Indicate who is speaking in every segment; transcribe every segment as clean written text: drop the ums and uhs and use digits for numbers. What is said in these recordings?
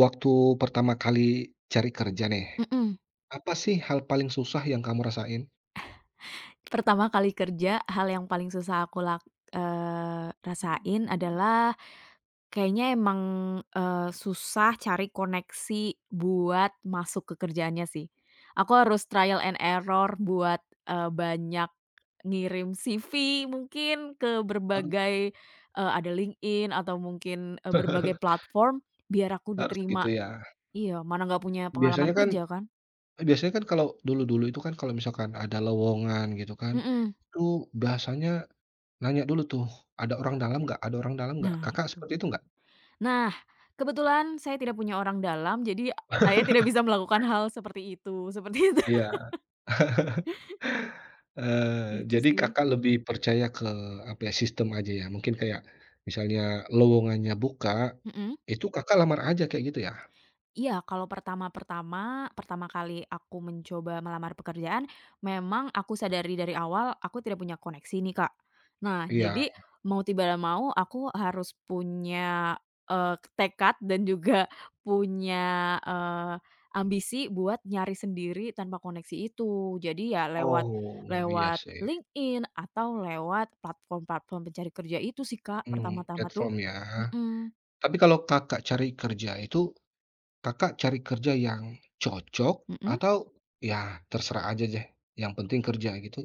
Speaker 1: Waktu pertama kali cari kerja nih,
Speaker 2: Mhm.
Speaker 1: apa sih hal paling susah yang kamu rasain?
Speaker 2: Pertama kali kerja, hal yang paling susah aku rasain adalah kayaknya emang, susah cari koneksi buat masuk ke kerjaannya sih. Aku harus trial and error buat, banyak ngirim CV mungkin ke
Speaker 1: Aduh,
Speaker 2: berbagai, ada LinkedIn atau mungkin, berbagai platform biar aku
Speaker 1: harus
Speaker 2: diterima.
Speaker 1: gitu ya.
Speaker 2: Iya, mana nggak punya pengalaman
Speaker 1: Biasanya kan
Speaker 2: kerja kan.
Speaker 1: biasanya kan kalau dulu-dulu itu kan kalau misalkan ada lowongan gitu kan,
Speaker 2: Mhm.
Speaker 1: itu biasanya nanya dulu tuh, "Ada orang dalam nggak ada orang dalam nggak?"
Speaker 2: Nah,
Speaker 1: Kakak
Speaker 2: itu.
Speaker 1: seperti itu nggak?
Speaker 2: Nah, kebetulan saya tidak punya orang dalam, jadi saya tidak bisa melakukan hal seperti itu, seperti itu.
Speaker 1: Iya.
Speaker 2: Itu
Speaker 1: Jadi
Speaker 2: sih.
Speaker 1: Kakak lebih percaya ke, apa ya, sistem aja ya? Mungkin kayak misalnya lowongannya buka,
Speaker 2: Mhm.
Speaker 1: itu Kakak lamar aja kayak gitu ya?
Speaker 2: Iya, kalau pertama-pertama, pertama kali aku mencoba melamar pekerjaan, memang aku sadari dari awal aku tidak punya koneksi nih, Kak. Nah,
Speaker 1: Iya.
Speaker 2: jadi mau tidak mau aku harus punya, tekad dan juga punya, ambisi buat nyari sendiri tanpa koneksi itu. Jadi ya lewat
Speaker 1: Oh, iya
Speaker 2: lewat
Speaker 1: sih,
Speaker 2: LinkedIn atau lewat platform-platform pencari kerja itu sih, Kak, pertama-tama tuh.
Speaker 1: platform ya.
Speaker 2: Mhm.
Speaker 1: Tapi kalau Kakak cari kerja itu, Kakak cari kerja yang cocok
Speaker 2: Mhm?
Speaker 1: atau ya terserah aja deh, yang penting kerja gitu?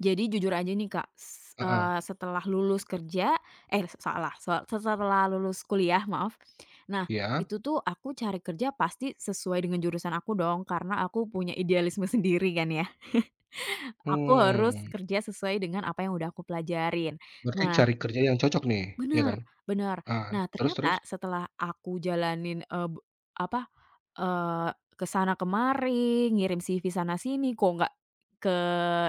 Speaker 2: Jadi jujur aja nih Kak,
Speaker 1: Heeh,
Speaker 2: setelah lulus kerja, eh salah, setelah lulus kuliah maaf. Nah,
Speaker 1: ya.
Speaker 2: itu tuh aku cari kerja pasti sesuai dengan jurusan aku dong, karena aku punya idealisme sendiri kan ya. Aku harus
Speaker 1: Hmm
Speaker 2: kerja sesuai dengan apa yang udah aku pelajarin.
Speaker 1: Berarti
Speaker 2: Nah,
Speaker 1: cari kerja yang cocok nih, ya
Speaker 2: bener
Speaker 1: kan?
Speaker 2: bener.
Speaker 1: Ah,
Speaker 2: Nah,
Speaker 1: terus terus?
Speaker 2: ternyata setelah aku jalanin, eee, b apa, eee, ke sana kemari, ngirim CV sana sini kok nggak ke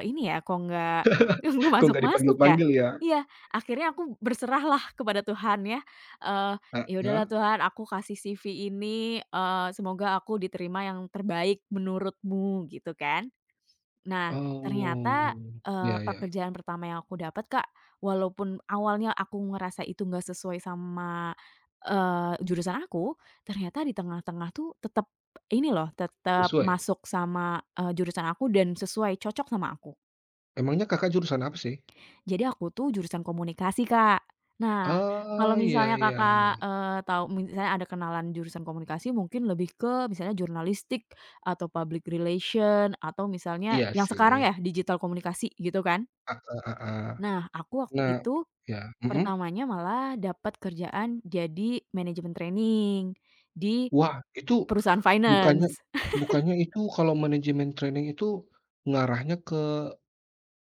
Speaker 2: Ini ya, kok nggak, nggak
Speaker 1: Kok nggak
Speaker 2: masuk-masuk ya?
Speaker 1: dipanggil-panggil ya?
Speaker 2: Iya, akhirnya aku berserahlah kepada Tuhan ya, eee, "Ya
Speaker 1: Heeh,
Speaker 2: udahlah Tuhan aku kasih CV ini, semoga aku diterima yang terbaik menurut-Mu," gitu kan. Nah, ternyata,
Speaker 1: oh, ya ya.
Speaker 2: pekerjaan pertama yang aku dapat, Kak, walaupun awalnya aku ngerasa itu nggak sesuai sama, jurusan aku, ternyata di tengah-tengah tuh tetap ini loh, tetap
Speaker 1: Sesuai.
Speaker 2: masuk sama, jurusan aku dan sesuai, cocok sama aku.
Speaker 1: Emangnya Kakak jurusan apa sih?
Speaker 2: Jadi aku tuh jurusan komunikasi, Kak. Nah, kalau
Speaker 1: Oh, iya
Speaker 2: misalnya
Speaker 1: iya
Speaker 2: Kakak,
Speaker 1: iya.
Speaker 2: tahu misalnya ada kenalan jurusan komunikasi mungkin lebih ke misalnya jurnalistik atau public relation atau misalnya
Speaker 1: Iya
Speaker 2: yang sekarang ya
Speaker 1: sih,
Speaker 2: digital komunikasi gitu kan.
Speaker 1: ah ah, ah, ah.
Speaker 2: Nah, aku waktu
Speaker 1: Nah
Speaker 2: itu
Speaker 1: iya, mhm?
Speaker 2: pertamanya malah dapat kerjaan jadi manajemen training di
Speaker 1: Wah, itu
Speaker 2: perusahaan
Speaker 1: bukannya
Speaker 2: finance.
Speaker 1: bukannya itu kalau manajemen training itu ngarahnya ke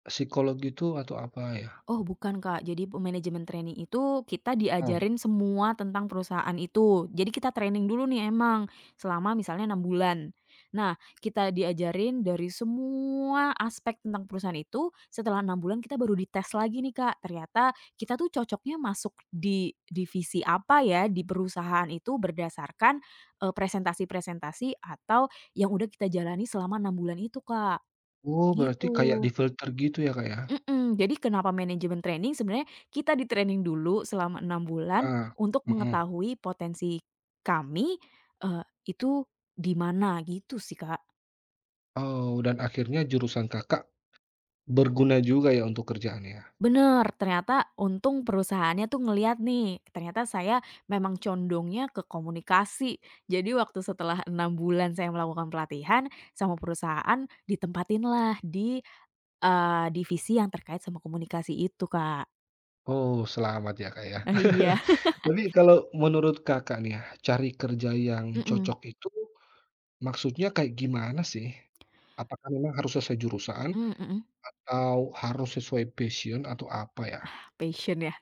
Speaker 1: psikologi itu atau apa ya?
Speaker 2: Oh bukan Kak, jadi manajemen training itu kita
Speaker 1: Mmm.
Speaker 2: diajarin semua tentang perusahaan itu. Jadi kita training dulu nih emang, selama misalnya 6 bulan. Nah, kita diajarin dari semua aspek tentang perusahaan itu, setelah 6 bulan kita baru dites lagi nih Kak, ternyata kita tuh cocoknya masuk di divisi apa ya, di perusahaan itu berdasarkan, presentasi-presentasi atau yang udah kita jalani selama 6 bulan itu Kak,
Speaker 1: Oh, berarti kayak
Speaker 2: gitu.
Speaker 1: difilter gitu ya, Kak, ya?
Speaker 2: Mhm, jadi kenapa manajemen training sebenarnya kita di-training dulu selama 6 bulan
Speaker 1: Heeh,
Speaker 2: untuk
Speaker 1: mhm.
Speaker 2: mengetahui potensi kami, itu di mana gitu sih, Kak.
Speaker 1: Oh, dan akhirnya jurusan Kakak berguna juga ya untuk kerjaannya?
Speaker 2: Bener, ternyata untung perusahaannya tuh ngelihat nih, ternyata saya memang condongnya ke komunikasi. Jadi waktu setelah 6 bulan saya melakukan pelatihan sama perusahaan ditempatinlah di, divisi yang terkait sama komunikasi itu, Kak.
Speaker 1: Oh, selamat ya, Kak, ya.
Speaker 2: Eh, iya.
Speaker 1: Tapi kalau menurut Kakak nih ya, cari kerja yang
Speaker 2: Mhm,
Speaker 1: cocok itu maksudnya kayak gimana sih? Apakah memang harus sesuai jurusan
Speaker 2: mmm, mhm,
Speaker 1: atau harus sesuai passion atau apa ya?
Speaker 2: passion ya.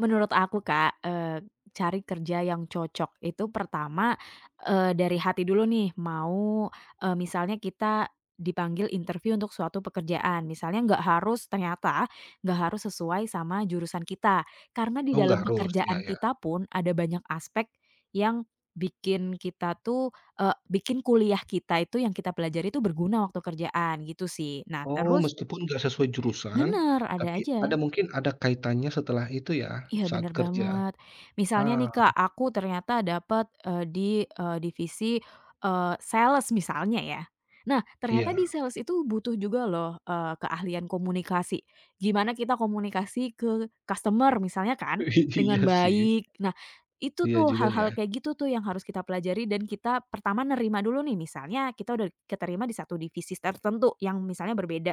Speaker 2: Menurut aku Kak, cari kerja yang cocok itu pertama, dari hati dulu nih mau, misalnya kita dipanggil interview untuk suatu pekerjaan, misalnya nggak harus ternyata nggak harus sesuai sama jurusan kita. Karena di
Speaker 1: Oh
Speaker 2: dalam
Speaker 1: nggak harus, iya
Speaker 2: pekerjaan
Speaker 1: iya.
Speaker 2: kita pun ada banyak aspek yang bikin kita tuh, bikin kuliah kita itu yang kita pelajari itu berguna waktu kerjaan gitu sih. Nah
Speaker 1: Oh
Speaker 2: terus
Speaker 1: meskipun nggak sesuai jurusan,
Speaker 2: bener, ada
Speaker 1: tapi
Speaker 2: aja.
Speaker 1: ada mungkin ada kaitannya setelah itu ya,
Speaker 2: Iya
Speaker 1: saat
Speaker 2: bener
Speaker 1: kerja?
Speaker 2: banget. Misalnya
Speaker 1: Ah,
Speaker 2: nih Kak, aku ternyata dapat di, divisi, sales misalnya ya. Nah, ternyata di
Speaker 1: iya.
Speaker 2: sales itu butuh juga loh, keahlian komunikasi. Gimana kita komunikasi ke customer misalnya kan, dengan
Speaker 1: Iya sih,
Speaker 2: baik. Nah, itu
Speaker 1: iya
Speaker 2: tuh
Speaker 1: juga ya.
Speaker 2: hal-hal kayak gitu tuh yang harus kita pelajari dan kita pertama nerima dulu nih, misalnya kita udah keterima di satu divisi tertentu yang misalnya berbeda.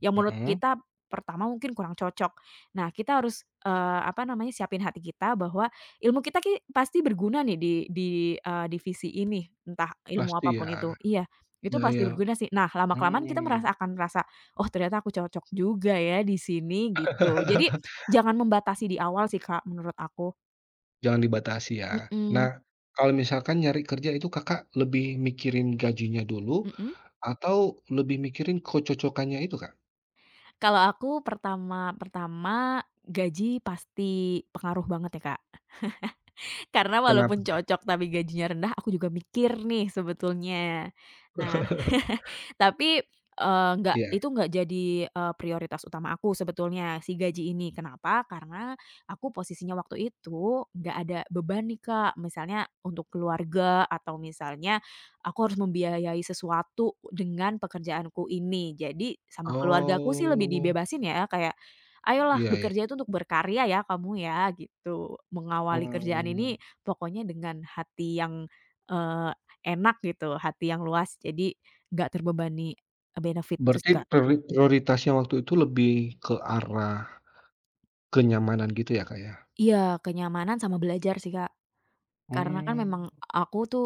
Speaker 2: Yang menurut
Speaker 1: Mhm,
Speaker 2: kita pertama mungkin kurang cocok. Nah, kita harus, apa namanya, siapin hati kita bahwa ilmu kita pasti berguna nih di, divisi ini, entah ilmu
Speaker 1: pasti
Speaker 2: apapun
Speaker 1: ya.
Speaker 2: itu. Iya, itu
Speaker 1: Iya
Speaker 2: pasti
Speaker 1: iya,
Speaker 2: berguna sih. Nah, lama-kelamaan kita
Speaker 1: mmm.
Speaker 2: merasa akan merasa, "Oh, ternyata aku cocok juga ya di sini," gitu. Jadi jangan membatasi di awal sih, Kak, menurut aku.
Speaker 1: Jangan dibatasi ya. Nah,
Speaker 2: Mhm.
Speaker 1: kalau misalkan nyari kerja itu Kakak lebih mikirin gajinya dulu
Speaker 2: Mhm.
Speaker 1: atau lebih mikirin kecocokannya itu, Kak?
Speaker 2: Kalau aku pertama pertama gaji pasti pengaruh banget ya, Kak. Karena
Speaker 1: Kenapa,
Speaker 2: walaupun
Speaker 1: Kak?
Speaker 2: cocok tapi gajinya rendah, aku juga mikir nih sebetulnya. Nah, tapi, nggak
Speaker 1: Iya.
Speaker 2: itu nggak jadi, prioritas utama aku sebetulnya si gaji ini. Kenapa? Karena aku posisinya waktu itu nggak ada beban nih, Kak. Misalnya untuk keluarga atau misalnya aku harus membiayai sesuatu dengan pekerjaanku ini. Jadi sama keluargaku sih lebih
Speaker 1: Oh,
Speaker 2: dibebasin ya, kayak, "Ayolah
Speaker 1: iya iya.
Speaker 2: bekerja itu untuk berkarya ya kamu ya," gitu. Mengawali kerjaan
Speaker 1: Mmm.
Speaker 2: ini pokoknya dengan hati yang, eee, enak gitu, hati yang luas. Jadi nggak terbebani, benefit gitu sih,
Speaker 1: Berarti
Speaker 2: Kak.
Speaker 1: prioritasnya waktu itu lebih ke arah kenyamanan gitu ya, Kak, ya?
Speaker 2: Iya, kenyamanan sama belajar sih, Kak. Karena kan memang
Speaker 1: Mmm.
Speaker 2: aku tuh,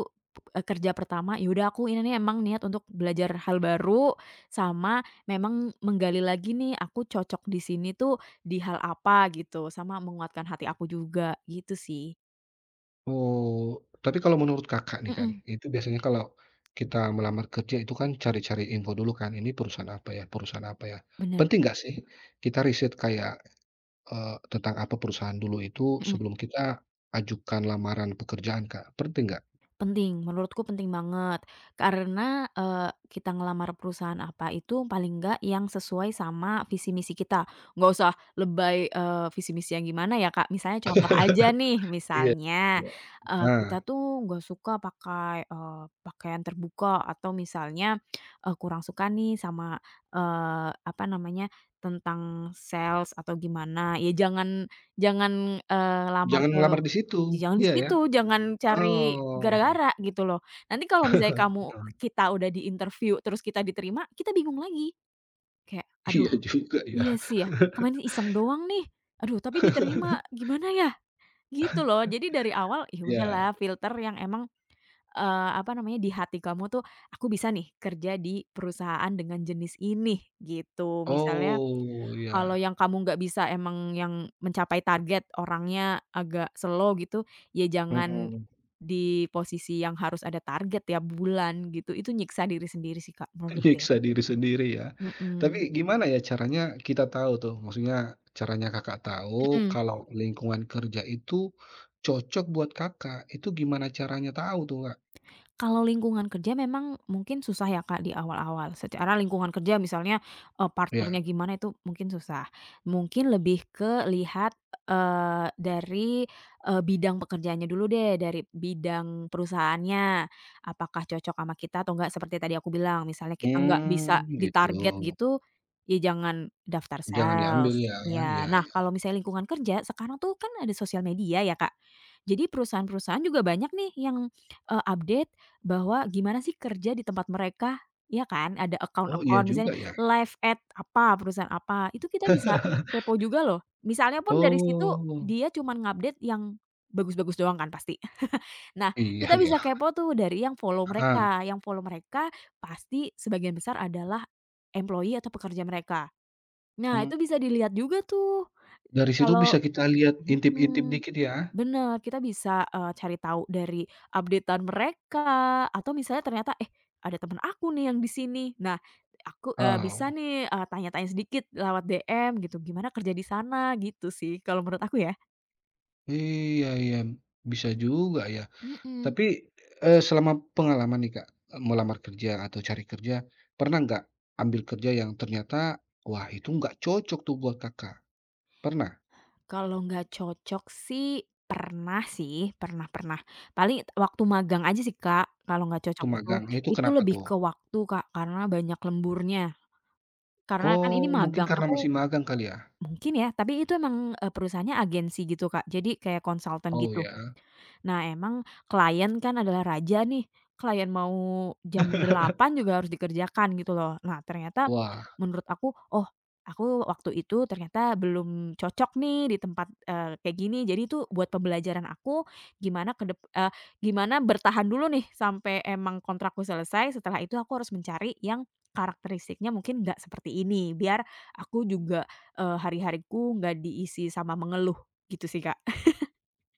Speaker 2: kerja pertama, ya udah aku ini nih emang niat untuk belajar hal baru, sama memang menggali lagi nih aku cocok di sini tuh di hal apa gitu, sama menguatkan hati aku juga, gitu sih.
Speaker 1: Oh, tapi kalau menurut Kakak nih kan,
Speaker 2: Mhm,
Speaker 1: itu biasanya kalau kita melamar kerja itu kan cari-cari info dulu kan, ini perusahaan apa ya perusahaan apa ya?
Speaker 2: bener,
Speaker 1: Penting nggak sih kita riset kayak, tentang apa perusahaan dulu itu
Speaker 2: mhm.
Speaker 1: sebelum kita ajukan lamaran pekerjaan, Kak, penting nggak?
Speaker 2: Penting, menurutku penting banget. Karena, kita ngelamar perusahaan apa itu paling enggak yang sesuai sama visi misi kita. Nggak usah lebay, visi misi yang gimana ya, Kak. Misalnya contoh aja nih,
Speaker 1: Iya
Speaker 2: misalnya,
Speaker 1: iya.
Speaker 2: kita
Speaker 1: Nah,
Speaker 2: tuh nggak suka pakai, pakaian terbuka atau misalnya, kurang suka nih sama, apa namanya, tentang sales atau gimana. Ya jangan jangan, eee, lamar
Speaker 1: jangan
Speaker 2: ke
Speaker 1: ngelamar di situ,
Speaker 2: Jangan di
Speaker 1: iya ya?
Speaker 2: situ, jangan cari
Speaker 1: Oh.
Speaker 2: gara-gara gitu loh. Nanti kalau misalnya kita udah di interview terus kita diterima, kita bingung lagi. Kayak, "Aduh,
Speaker 1: Iya juga ya.
Speaker 2: iya sih ya, kemarin iseng doang nih. Aduh, tapi diterima, gimana ya?" Gitu loh. Jadi dari awal, ya
Speaker 1: Iya.
Speaker 2: udahlah filter yang emang, apa namanya, di hati kamu tuh, "Aku bisa nih kerja di perusahaan dengan jenis ini," gitu. Misalnya
Speaker 1: Oh,
Speaker 2: kalau
Speaker 1: iya.
Speaker 2: yang kamu nggak bisa emang yang mencapai target, orangnya agak slow gitu, ya jangan
Speaker 1: Mhm.
Speaker 2: di posisi yang harus ada target tiap bulan gitu, itu nyiksa diri sendiri sih Kak, menurut ya.
Speaker 1: Nyiksa diri sendiri ya. Tapi
Speaker 2: Mhm.
Speaker 1: gimana ya caranya kita tahu tuh, maksudnya caranya Kakak tahu
Speaker 2: Mhm.
Speaker 1: kalau lingkungan kerja itu cocok buat Kakak, itu gimana caranya tahu tuh, Kak?
Speaker 2: Kalau lingkungan kerja memang mungkin susah ya, Kak, di awal-awal. Secara lingkungan kerja misalnya,
Speaker 1: Iya.
Speaker 2: partnernya gimana itu mungkin susah. Mungkin lebih ke lihat, dari, bidang pekerjaannya dulu deh, dari bidang perusahaannya. Apakah cocok sama kita atau enggak seperti tadi aku bilang, misalnya kita nggak bisa
Speaker 1: Mmm, gitu.
Speaker 2: ditarget gitu, ya jangan daftar
Speaker 1: Jangan diambil
Speaker 2: sales,
Speaker 1: ya.
Speaker 2: ya.
Speaker 1: Iya
Speaker 2: Nah,
Speaker 1: iya.
Speaker 2: kalau misalnya lingkungan kerja, sekarang tuh kan ada sosial media ya, Kak. Jadi perusahaan-perusahaan juga banyak nih yang, update bahwa gimana sih kerja di tempat mereka, ya kan? Ada
Speaker 1: Oh, iya
Speaker 2: account-account
Speaker 1: juga
Speaker 2: misalnya
Speaker 1: ya.
Speaker 2: live at apa, perusahaan apa, itu kita bisa kepo juga loh. Misalnya pun dari situ
Speaker 1: Oh,
Speaker 2: dia cuman ngupdate yang bagus-bagus doang kan pasti. Nah,
Speaker 1: iya
Speaker 2: kita
Speaker 1: ya.
Speaker 2: bisa kepo tuh dari
Speaker 1: Heeh.
Speaker 2: yang follow mereka pasti sebagian besar adalah employee atau pekerja mereka. Nah,
Speaker 1: Mmm,
Speaker 2: itu bisa dilihat juga tuh
Speaker 1: dari situ
Speaker 2: kalau
Speaker 1: bisa kita lihat intip-intip
Speaker 2: mhm.
Speaker 1: dikit ya?
Speaker 2: Bener, kita bisa, cari tahu dari updatean mereka, atau misalnya ternyata, "Eh, ada temen aku nih yang di sini." Nah, aku,
Speaker 1: Oh.
Speaker 2: bisa nih, tanya-tanya sedikit lewat DM gitu, "Gimana kerja di sana?" Gitu sih, kalau menurut aku ya.
Speaker 1: Iya iya, bisa juga ya.
Speaker 2: Mhm.
Speaker 1: Tapi, selama pengalaman nih, Kak, melamar kerja atau cari kerja, pernah nggak ambil kerja yang ternyata, wah itu nggak cocok tuh buat Kakak? Pernah
Speaker 2: Kalau nggak cocok sih, pernah pernah. Paling waktu magang aja sih, Kak, kalau nggak cocok
Speaker 1: tuh
Speaker 2: itu.
Speaker 1: magang? Eh, itu
Speaker 2: Itu
Speaker 1: kenapa
Speaker 2: lebih
Speaker 1: tuh?
Speaker 2: ke waktu, Kak, karena banyak lemburnya. Karena kan
Speaker 1: Oh,
Speaker 2: ini
Speaker 1: mungkin
Speaker 2: magang,
Speaker 1: karena
Speaker 2: aku
Speaker 1: masih magang kali ya?
Speaker 2: mungkin ya, tapi itu emang, perusahaannya agensi gitu, Kak? Jadi kayak konsultan
Speaker 1: Oh
Speaker 2: gitu?
Speaker 1: ya?
Speaker 2: Nah, emang klien kan adalah raja nih, klien mau jam 8 juga harus dikerjakan gitu loh. Nah, ternyata
Speaker 1: Wah,
Speaker 2: menurut aku, oh aku waktu itu ternyata belum cocok nih di tempat, kayak gini. Jadi itu buat pembelajaran aku gimana gimana bertahan dulu nih sampai emang kontrakku selesai, setelah itu aku harus mencari yang karakteristiknya mungkin nggak seperti ini, biar aku juga, hari-hariku nggak diisi sama mengeluh, gitu sih, Kak.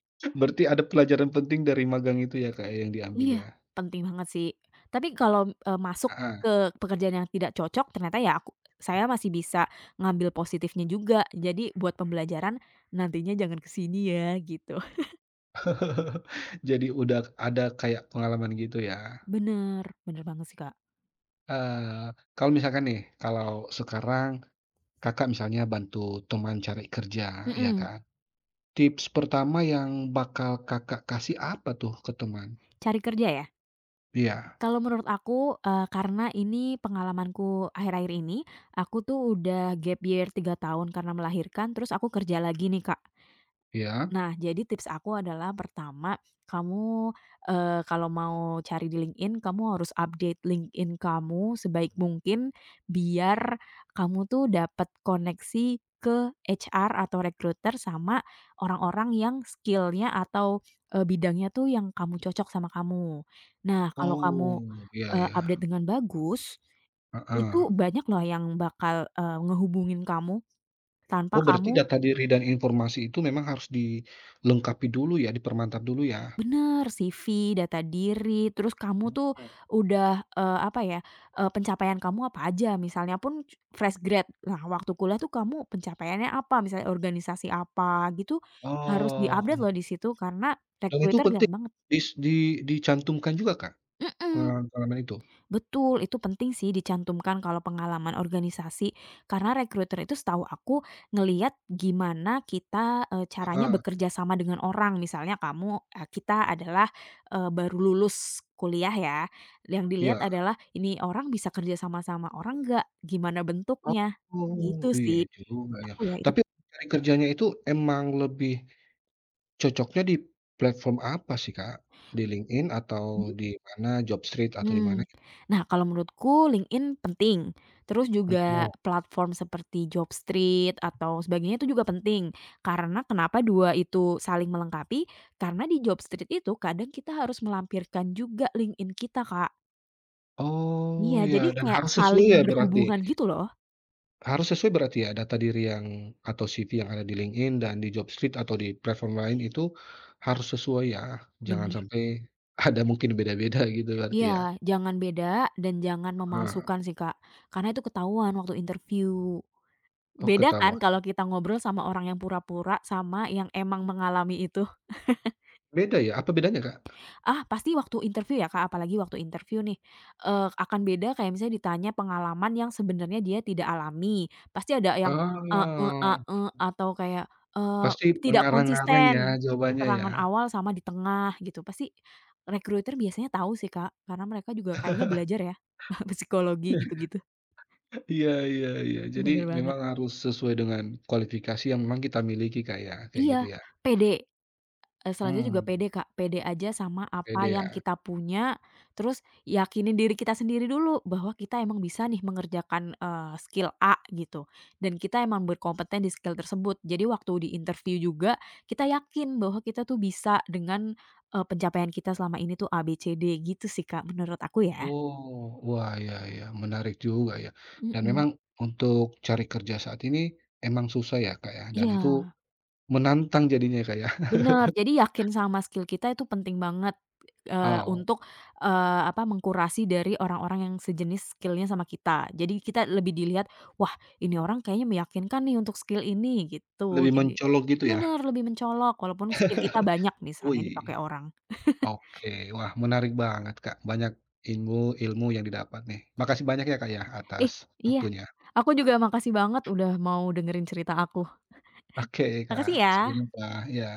Speaker 1: berarti ada pelajaran penting dari magang itu ya, Kak, ya yang diambil
Speaker 2: Iya,
Speaker 1: ya?
Speaker 2: penting banget sih. Tapi kalau, masuk
Speaker 1: Heeh.
Speaker 2: ke pekerjaan yang tidak cocok ternyata ya saya masih bisa ngambil positifnya juga. Jadi buat pembelajaran nantinya jangan ke sini ya gitu.
Speaker 1: Jadi udah ada kayak pengalaman gitu ya?
Speaker 2: Bener, bener banget sih, Kak.
Speaker 1: Eee, Kalau misalkan nih, kalau sekarang Kakak misalnya bantu teman cari kerja, ya
Speaker 2: Mhm,
Speaker 1: kan. Tips pertama yang bakal Kakak kasih apa tuh ke teman?
Speaker 2: cari kerja ya?
Speaker 1: Iya,
Speaker 2: Kalau menurut aku, karena ini pengalamanku akhir-akhir ini, aku tuh udah gap year 3 tahun karena melahirkan, terus aku kerja lagi nih, Kak.
Speaker 1: iya.
Speaker 2: Nah, jadi tips aku adalah pertama, kamu, kalau mau cari di LinkedIn, kamu harus update LinkedIn kamu sebaik mungkin biar kamu tuh dapat koneksi ke HR atau recruiter sama orang-orang yang skillnya atau, bidangnya tuh yang kamu cocok sama kamu. Nah, kalau kamu,
Speaker 1: Oh, iya
Speaker 2: update
Speaker 1: iya,
Speaker 2: dengan bagus,
Speaker 1: heeh.
Speaker 2: itu banyak loh yang bakal, ngehubungin kamu tanpa
Speaker 1: Oh, berarti
Speaker 2: kamu.
Speaker 1: data diri dan informasi itu memang harus dilengkapi dulu ya, dipermantap dulu ya?
Speaker 2: Bener, CV, data diri, terus kamu tuh
Speaker 1: Oke.
Speaker 2: udah, apa ya, pencapaian kamu apa aja, misalnya pun fresh grad. Nah, waktu kuliah tuh kamu pencapaiannya apa, misalnya organisasi apa gitu, harus
Speaker 1: Oh,
Speaker 2: di-update loh di situ karena
Speaker 1: dan itu
Speaker 2: recruiter lihat
Speaker 1: penting
Speaker 2: banget.
Speaker 1: dis di dicantumkan juga, Kak,
Speaker 2: Mhm.
Speaker 1: pengalaman-pengalaman itu?
Speaker 2: Betul, itu penting sih dicantumkan kalau pengalaman organisasi. Karena recruiter itu setahu aku ngeliat gimana kita, caranya
Speaker 1: Heeh,
Speaker 2: bekerja sama dengan orang. Misalnya kita adalah, baru lulus kuliah ya, yang dilihat
Speaker 1: iya.
Speaker 2: adalah ini orang bisa kerja sama sama orang nggak, gimana bentuknya,
Speaker 1: Oh,
Speaker 2: gitu
Speaker 1: iya
Speaker 2: sih.
Speaker 1: juga ya.
Speaker 2: Aku ya itu.
Speaker 1: Tapi cari kerjanya itu emang lebih cocoknya di platform apa sih, Kak? Di LinkedIn atau
Speaker 2: Mhm?
Speaker 1: di mana, Jobstreet atau di mana
Speaker 2: Hmm.
Speaker 1: gitu?
Speaker 2: Nah, kalau menurutku LinkedIn penting, terus juga
Speaker 1: Mhm.
Speaker 2: platform seperti Jobstreet atau sebagainya itu juga penting. Karena kenapa dua itu saling melengkapi, karena di Jobstreet itu kadang kita harus melampirkan juga LinkedIn kita, Kak. Iya,
Speaker 1: Oh,
Speaker 2: jadi
Speaker 1: ya, dan
Speaker 2: kayak
Speaker 1: harus sesuai
Speaker 2: saling
Speaker 1: ya berarti?
Speaker 2: berhubungan gitu loh.
Speaker 1: Harus sesuai berarti ya data diri yang atau CV yang ada di LinkedIn dan di Jobstreet atau di platform lain itu harus sesuai ya? Jangan
Speaker 2: Bener.
Speaker 1: sampai ada mungkin beda-beda gitu berarti
Speaker 2: Iya,
Speaker 1: ya?
Speaker 2: jangan beda dan jangan
Speaker 1: Heeh.
Speaker 2: memalsukan sih, Kak, karena itu ketahuan waktu interview.
Speaker 1: Oh,
Speaker 2: Beda kan
Speaker 1: ketahuan.
Speaker 2: kalau kita ngobrol sama orang yang pura-pura sama yang emang mengalami itu.
Speaker 1: Beda ya? Apa bedanya, Kak?
Speaker 2: Ah, pasti waktu interview ya, Kak, apalagi waktu interview nih, akan beda kayak misalnya ditanya pengalaman yang sebenarnya dia tidak alami. Pasti ada yang, eee eee ah
Speaker 1: Oh,
Speaker 2: eee, atau kayak,
Speaker 1: pasti
Speaker 2: tidak
Speaker 1: mengarang-ngarang ya
Speaker 2: konsisten
Speaker 1: jawabannya ya?
Speaker 2: keterangan awal sama di tengah gitu. Pasti recruiter biasanya tahu sih, Kak, karena mereka juga kayaknya belajar ya, psikologi gitu-gitu.
Speaker 1: Iya iya iya. Jadi
Speaker 2: Bener banget.
Speaker 1: memang harus sesuai dengan kualifikasi yang memang kita miliki Kak ya, kayak gitu
Speaker 2: Iya,
Speaker 1: ya?
Speaker 2: pede. Selanjutnya juga
Speaker 1: Mmm.
Speaker 2: pede, Kak. Pede aja sama apa
Speaker 1: Pede
Speaker 2: yang
Speaker 1: ya?
Speaker 2: kita punya, terus yakinin diri kita sendiri dulu bahwa kita emang bisa nih mengerjakan, skill A gitu, dan kita emang berkompeten di skill tersebut. Jadi waktu di interview juga kita yakin bahwa kita tuh bisa dengan, pencapaian kita selama ini tuh A, B, C, D gitu sih, Kak, menurut aku ya.
Speaker 1: Oh, wah iya iya, menarik juga ya. Dan
Speaker 2: Mhm,
Speaker 1: memang untuk cari kerja saat ini emang susah ya Kak ya, dan itu
Speaker 2: iya.
Speaker 1: menantang jadinya Kak ya?
Speaker 2: Bener, jadi yakin sama skill kita itu penting banget,
Speaker 1: Oh,
Speaker 2: untuk, apa, mengkurasi dari orang-orang yang sejenis skill-nya sama kita. Jadi kita lebih dilihat, "Wah, ini orang kayaknya meyakinkan nih untuk skill ini," gitu.
Speaker 1: lebih
Speaker 2: Jadi
Speaker 1: mencolok gitu ya?
Speaker 2: bener, lebih mencolok walaupun skill kita banyak misalnya
Speaker 1: Wih,
Speaker 2: dipakai orang.
Speaker 1: oke. Wah menarik banget Kak, banyak ilmu-ilmu yang didapat nih. Makasih banyak ya Kak ya atas
Speaker 2: Ih, iya,
Speaker 1: waktunya.
Speaker 2: aku juga makasih banget udah mau dengerin cerita aku.
Speaker 1: Oke Kak,
Speaker 2: Makasih ya.
Speaker 1: sampai jumpa, iya.